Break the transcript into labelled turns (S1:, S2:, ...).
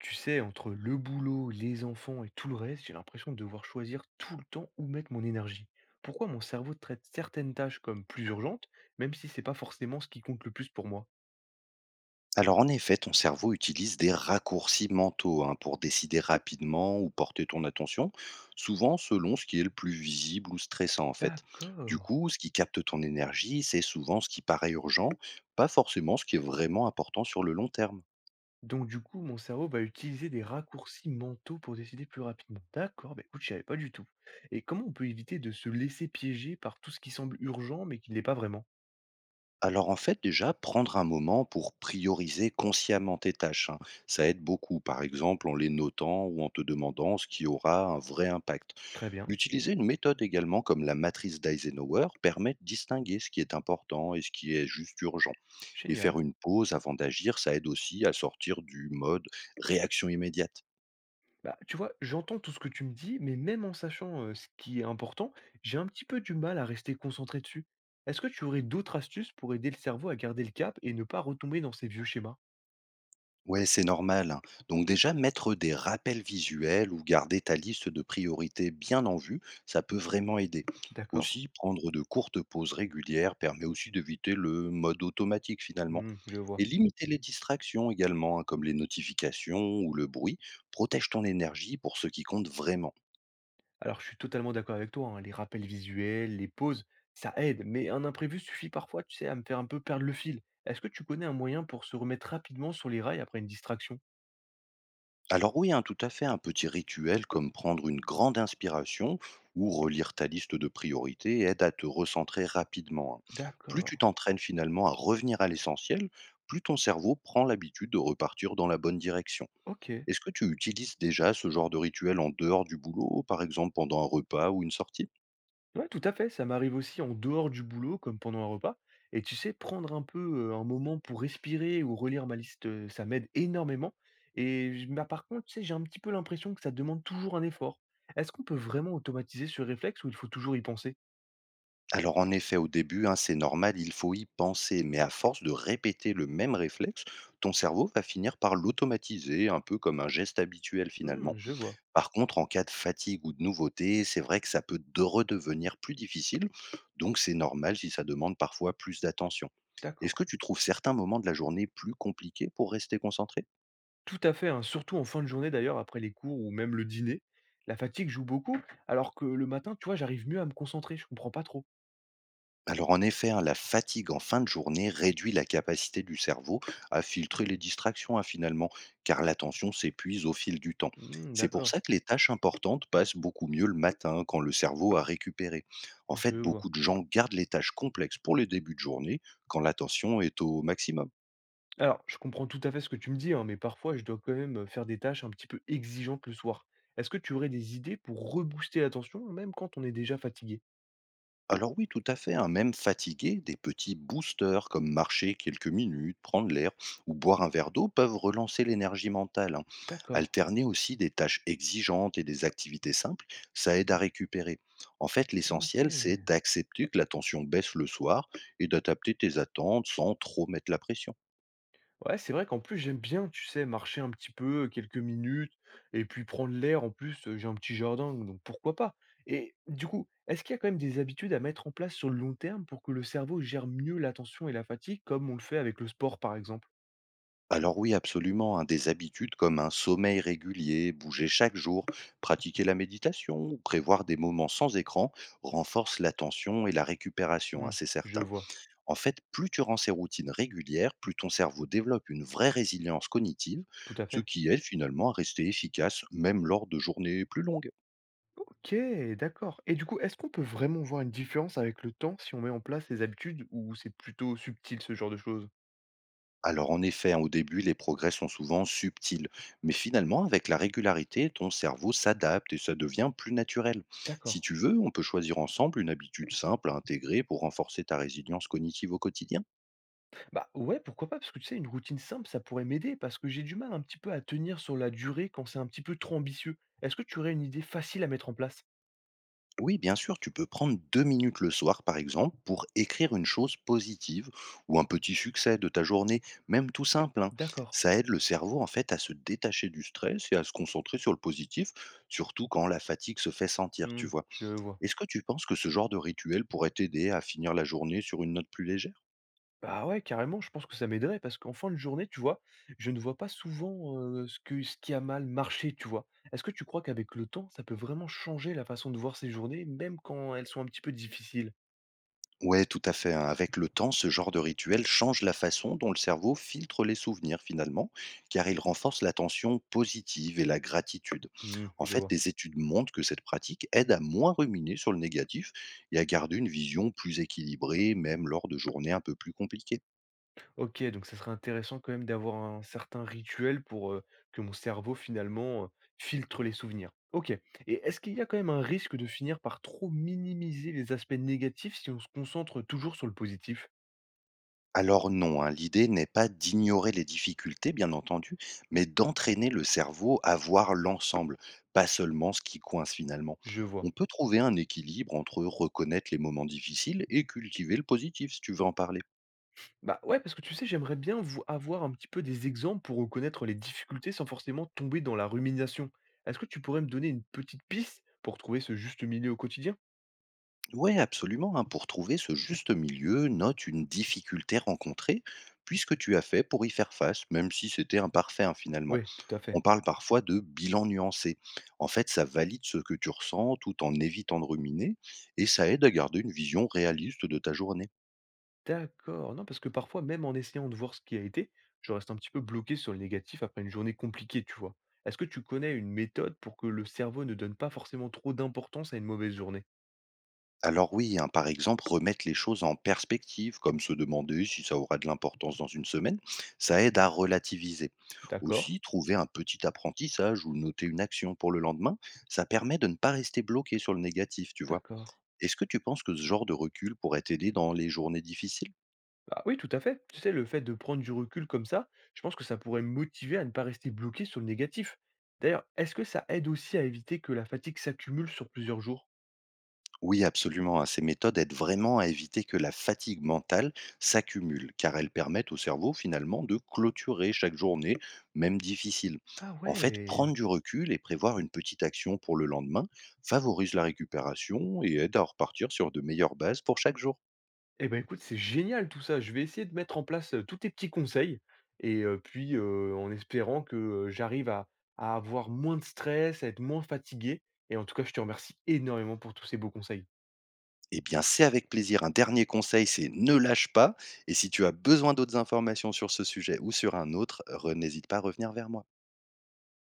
S1: Tu sais, entre le boulot, les enfants et tout le reste, j'ai l'impression de devoir choisir tout le temps où mettre mon énergie. Pourquoi mon cerveau traite certaines tâches comme plus urgentes, même si c'est pas forcément ce qui compte le plus pour moi.
S2: Alors en effet, ton cerveau utilise des raccourcis mentaux hein, pour décider rapidement ou porter ton attention, souvent selon ce qui est le plus visible ou stressant en fait. Du
S1: D'accord.
S2: coup, ce qui capte ton énergie, c'est souvent ce qui paraît urgent, pas forcément ce qui est vraiment important sur le long terme.
S1: Donc du coup, mon cerveau va utiliser des raccourcis mentaux pour décider plus rapidement. D'accord, bah écoute, j'y avais pas du tout. Et comment on peut éviter de se laisser piéger par tout ce qui semble urgent mais qui ne l'est pas vraiment?
S2: Alors en fait, déjà, prendre un moment pour prioriser consciemment tes tâches, hein, ça aide beaucoup, par exemple en les notant ou en te demandant ce qui aura un vrai impact.
S1: Très bien,
S2: Utiliser une méthode également comme la matrice d'Eisenhower permet de distinguer ce qui est important et ce qui est juste urgent. Et faire
S1: génial.
S2: une pause avant d'agir, ça aide aussi à sortir du mode réaction immédiate.
S1: Bah, tu vois, j'entends tout ce que tu me dis, mais même en sachant ce qui est important, j'ai un petit peu du mal à rester concentré dessus. Est-ce que tu aurais d'autres astuces pour aider le cerveau à garder le cap et ne pas retomber dans ces vieux schémas?
S2: Ouais, c'est normal, hein. Donc déjà, mettre des rappels visuels ou garder ta liste de priorités bien en vue, ça peut vraiment aider.
S1: D'accord.
S2: Aussi, prendre de courtes pauses régulières permet aussi d'éviter le mode automatique finalement.
S1: Hmm, je vois.
S2: Et limiter les distractions également, hein, comme les notifications ou le bruit, protège ton énergie pour ce qui compte vraiment.
S1: Alors, je suis totalement d'accord avec toi, hein, les rappels visuels, les pauses, ça aide, mais un imprévu suffit parfois, tu sais, à me faire un peu perdre le fil. Est-ce que tu connais un moyen pour se remettre rapidement sur les rails après une distraction?
S2: Alors oui, hein, tout à fait, un petit rituel comme prendre une grande inspiration ou relire ta liste de priorités aide à te recentrer rapidement, hein. Plus
S1: D'accord.
S2: tu t'entraînes finalement à revenir à l'essentiel, plus ton cerveau prend l'habitude de repartir dans la bonne direction.
S1: Ok.
S2: Est-ce que tu utilises déjà ce genre de rituel en dehors du boulot, par exemple pendant un repas ou une sortie?
S1: Ouais, tout à fait, ça m'arrive aussi en dehors du boulot, comme pendant un repas. Et tu sais, prendre un peu un moment pour respirer ou relire ma liste, ça m'aide énormément. Bah, par contre, tu sais, j'ai un petit peu l'impression que ça demande toujours un effort. Est-ce qu'on peut vraiment automatiser ce réflexe ou il faut toujours y penser?
S2: Alors en effet, au début, hein, c'est normal, il faut y penser, mais à force de répéter le même réflexe, ton cerveau va finir par l'automatiser, un peu comme un geste habituel finalement.
S1: Hmm, je vois,
S2: Par contre, en cas de fatigue ou de nouveauté, c'est vrai que ça peut de redevenir plus difficile, donc c'est normal si ça demande parfois plus d'attention. Est-ce
S1: d'accord.
S2: que tu trouves certains moments de la journée plus compliqués pour rester concentré?
S1: Tout à fait, hein, surtout en fin de journée d'ailleurs, après les cours ou même le dîner. La fatigue joue beaucoup, alors que le matin, tu vois, j'arrive mieux à me concentrer, je comprends pas trop.
S2: Alors en effet, hein, la fatigue en fin de journée réduit la capacité du cerveau à filtrer les distractions hein, finalement, car l'attention s'épuise au fil du temps.
S1: Hmm,
S2: C'est pour
S1: d'accord,
S2: ça que les tâches importantes passent beaucoup mieux le matin hein, quand le cerveau a récupéré. En
S1: je
S2: fait,
S1: vois.
S2: beaucoup de gens gardent les tâches complexes pour les débuts de journée quand l'attention est au maximum.
S1: Alors, je comprends tout à fait ce que tu me dis, hein, mais parfois je dois quand même faire des tâches un petit peu exigeantes le soir. Est-ce que tu aurais des idées pour rebooster l'attention, même quand on est déjà fatigué?
S2: Alors oui, tout à fait, hein, même fatigué, des petits boosters comme marcher quelques minutes, prendre l'air ou boire un verre d'eau peuvent relancer l'énergie mentale, hein.
S1: D'accord.
S2: Alterner aussi des tâches exigeantes et des activités simples, ça aide à récupérer. En fait,
S1: Ok.
S2: l'essentiel, c'est d'accepter que la tension baisse le soir et d'adapter tes attentes sans trop mettre la pression.
S1: Ouais, c'est vrai qu'en plus j'aime bien, tu sais, marcher un petit peu, quelques minutes, et puis prendre l'air. En plus, j'ai un petit jardin, donc pourquoi pas? Et du coup, est-ce qu'il y a quand même des habitudes à mettre en place sur le long terme pour que le cerveau gère mieux l'attention et la fatigue, comme on le fait avec le sport, par exemple?
S2: Alors oui, absolument, hein, des habitudes comme un sommeil régulier, bouger chaque jour, pratiquer la méditation ou prévoir des moments sans écran renforcent l'attention et la récupération, hein,
S1: Hmm,
S2: c'est
S1: je
S2: certain.
S1: vois,
S2: En fait, plus tu rends ces routines régulières, plus ton cerveau développe une vraie résilience cognitive,
S1: tout à
S2: ce
S1: fait.
S2: qui aide finalement à rester efficace même lors de journées plus longues.
S1: OK, d'accord. Et du coup, est-ce qu'on peut vraiment voir une différence avec le temps si on met en place les habitudes ou c'est plutôt subtil ce genre de choses?
S2: Alors en effet, hein, au début, les progrès sont souvent subtils, mais finalement, avec la régularité, ton cerveau s'adapte et ça devient plus naturel.
S1: D'accord.
S2: Si tu veux, on peut choisir ensemble une habitude simple à intégrer pour renforcer ta résilience cognitive au quotidien.
S1: Bah ouais, pourquoi pas, parce que tu sais, une routine simple, ça pourrait m'aider, parce que j'ai du mal un petit peu à tenir sur la durée quand c'est un petit peu trop ambitieux. Est-ce que tu aurais une idée facile à mettre en place?
S2: Oui, bien sûr, tu peux prendre 2 minutes le soir, par exemple, pour écrire une chose positive ou un petit succès de ta journée, même tout simple, hein.
S1: D'accord.
S2: Ça aide le cerveau, en fait, à se détacher du stress et à se concentrer sur le positif, surtout quand la fatigue se fait sentir, tu
S1: Hmm,
S2: vois.
S1: je vois.
S2: Est-ce que tu penses que ce genre de rituel pourrait t'aider à finir la journée sur une note plus légère?
S1: Bah ouais, carrément, je pense que ça m'aiderait parce qu'en fin de journée, tu vois, je ne vois pas souvent ce que, ce qui a mal marché, tu vois. Est-ce que tu crois qu'avec le temps, ça peut vraiment changer la façon de voir ces journées, même quand elles sont un petit peu difficiles?
S2: Ouais, tout à fait, hein. Avec le temps, ce genre de rituel change la façon dont le cerveau filtre les souvenirs finalement, car il renforce l'attention positive et la gratitude.
S1: Hmm,
S2: En
S1: je
S2: fait,
S1: vois.
S2: les études montrent que cette pratique aide à moins ruminer sur le négatif et à garder une vision plus équilibrée, même lors de journées un peu plus compliquées.
S1: Ok, donc ça serait intéressant quand même d'avoir un certain rituel pour que mon cerveau finalement filtre les souvenirs. Ok. Et est-ce qu'il y a quand même un risque de finir par trop minimiser les aspects négatifs si on se concentre toujours sur le positif?
S2: Alors non, hein, l'idée n'est pas d'ignorer les difficultés, bien entendu, mais d'entraîner le cerveau à voir l'ensemble, pas seulement ce qui coince finalement.
S1: Je vois.
S2: On peut trouver un équilibre entre reconnaître les moments difficiles et cultiver le positif, si tu veux en parler.
S1: Bah, ouais, parce que tu sais, j'aimerais bien vo avoir un petit peu des exemples pour reconnaître les difficultés sans forcément tomber dans la rumination. Est-ce que tu pourrais me donner une petite piste pour trouver ce juste milieu au quotidien?
S2: Ouais, absolument, hein. Pour trouver ce juste milieu, note une difficulté rencontrée, puisque tu as fait pour y faire face, même si c'était imparfait hein, finalement.
S1: Oui tout à
S2: On
S1: fait.
S2: parle parfois de bilan nuancé. En fait, ça valide ce que tu ressens tout en évitant de ruminer et ça aide à garder une vision réaliste de ta journée.
S1: D'accord. Non, parce que parfois, même en essayant de voir ce qui a été, je reste un petit peu bloqué sur le négatif après une journée compliquée, tu vois. Est-ce que tu connais une méthode pour que le cerveau ne donne pas forcément trop d'importance à une mauvaise journée?
S2: Alors oui, hein, par exemple, remettre les choses en perspective, comme se demander si ça aura de l'importance dans une semaine, ça aide à relativiser.
S1: D'accord,
S2: Aussi, trouver un petit apprentissage ou noter une action pour le lendemain, ça permet de ne pas rester bloqué sur le négatif, tu vois.
S1: d'accord.
S2: Est-ce que tu penses que ce genre de recul pourrait t'aider dans les journées difficiles?
S1: Bah oui, tout à fait. Tu sais, le fait de prendre du recul comme ça, je pense que ça pourrait me motiver à ne pas rester bloqué sur le négatif. D'ailleurs, est-ce que ça aide aussi à éviter que la fatigue s'accumule sur plusieurs jours?
S2: Oui, absolument, hein. Ces méthodes aident vraiment à éviter que la fatigue mentale s'accumule, car elles permettent au cerveau finalement de clôturer chaque journée, même difficile.
S1: Ah
S2: En fait,
S1: ouais.
S2: prendre du recul et prévoir une petite action pour le lendemain favorise la récupération et aide à repartir sur de meilleures bases pour chaque jour.
S1: Eh ben écoute, c'est génial tout ça. Je vais essayer de mettre en place tous tes petits conseils. Et en espérant que j'arrive à avoir moins de stress, à être moins fatigué. Et en tout cas, je te remercie énormément pour tous ces beaux conseils.
S2: Eh bien, c'est avec plaisir. Un dernier conseil, c'est ne lâche pas. Et si tu as besoin d'autres informations sur ce sujet ou sur un autre, n'hésite pas à revenir vers moi.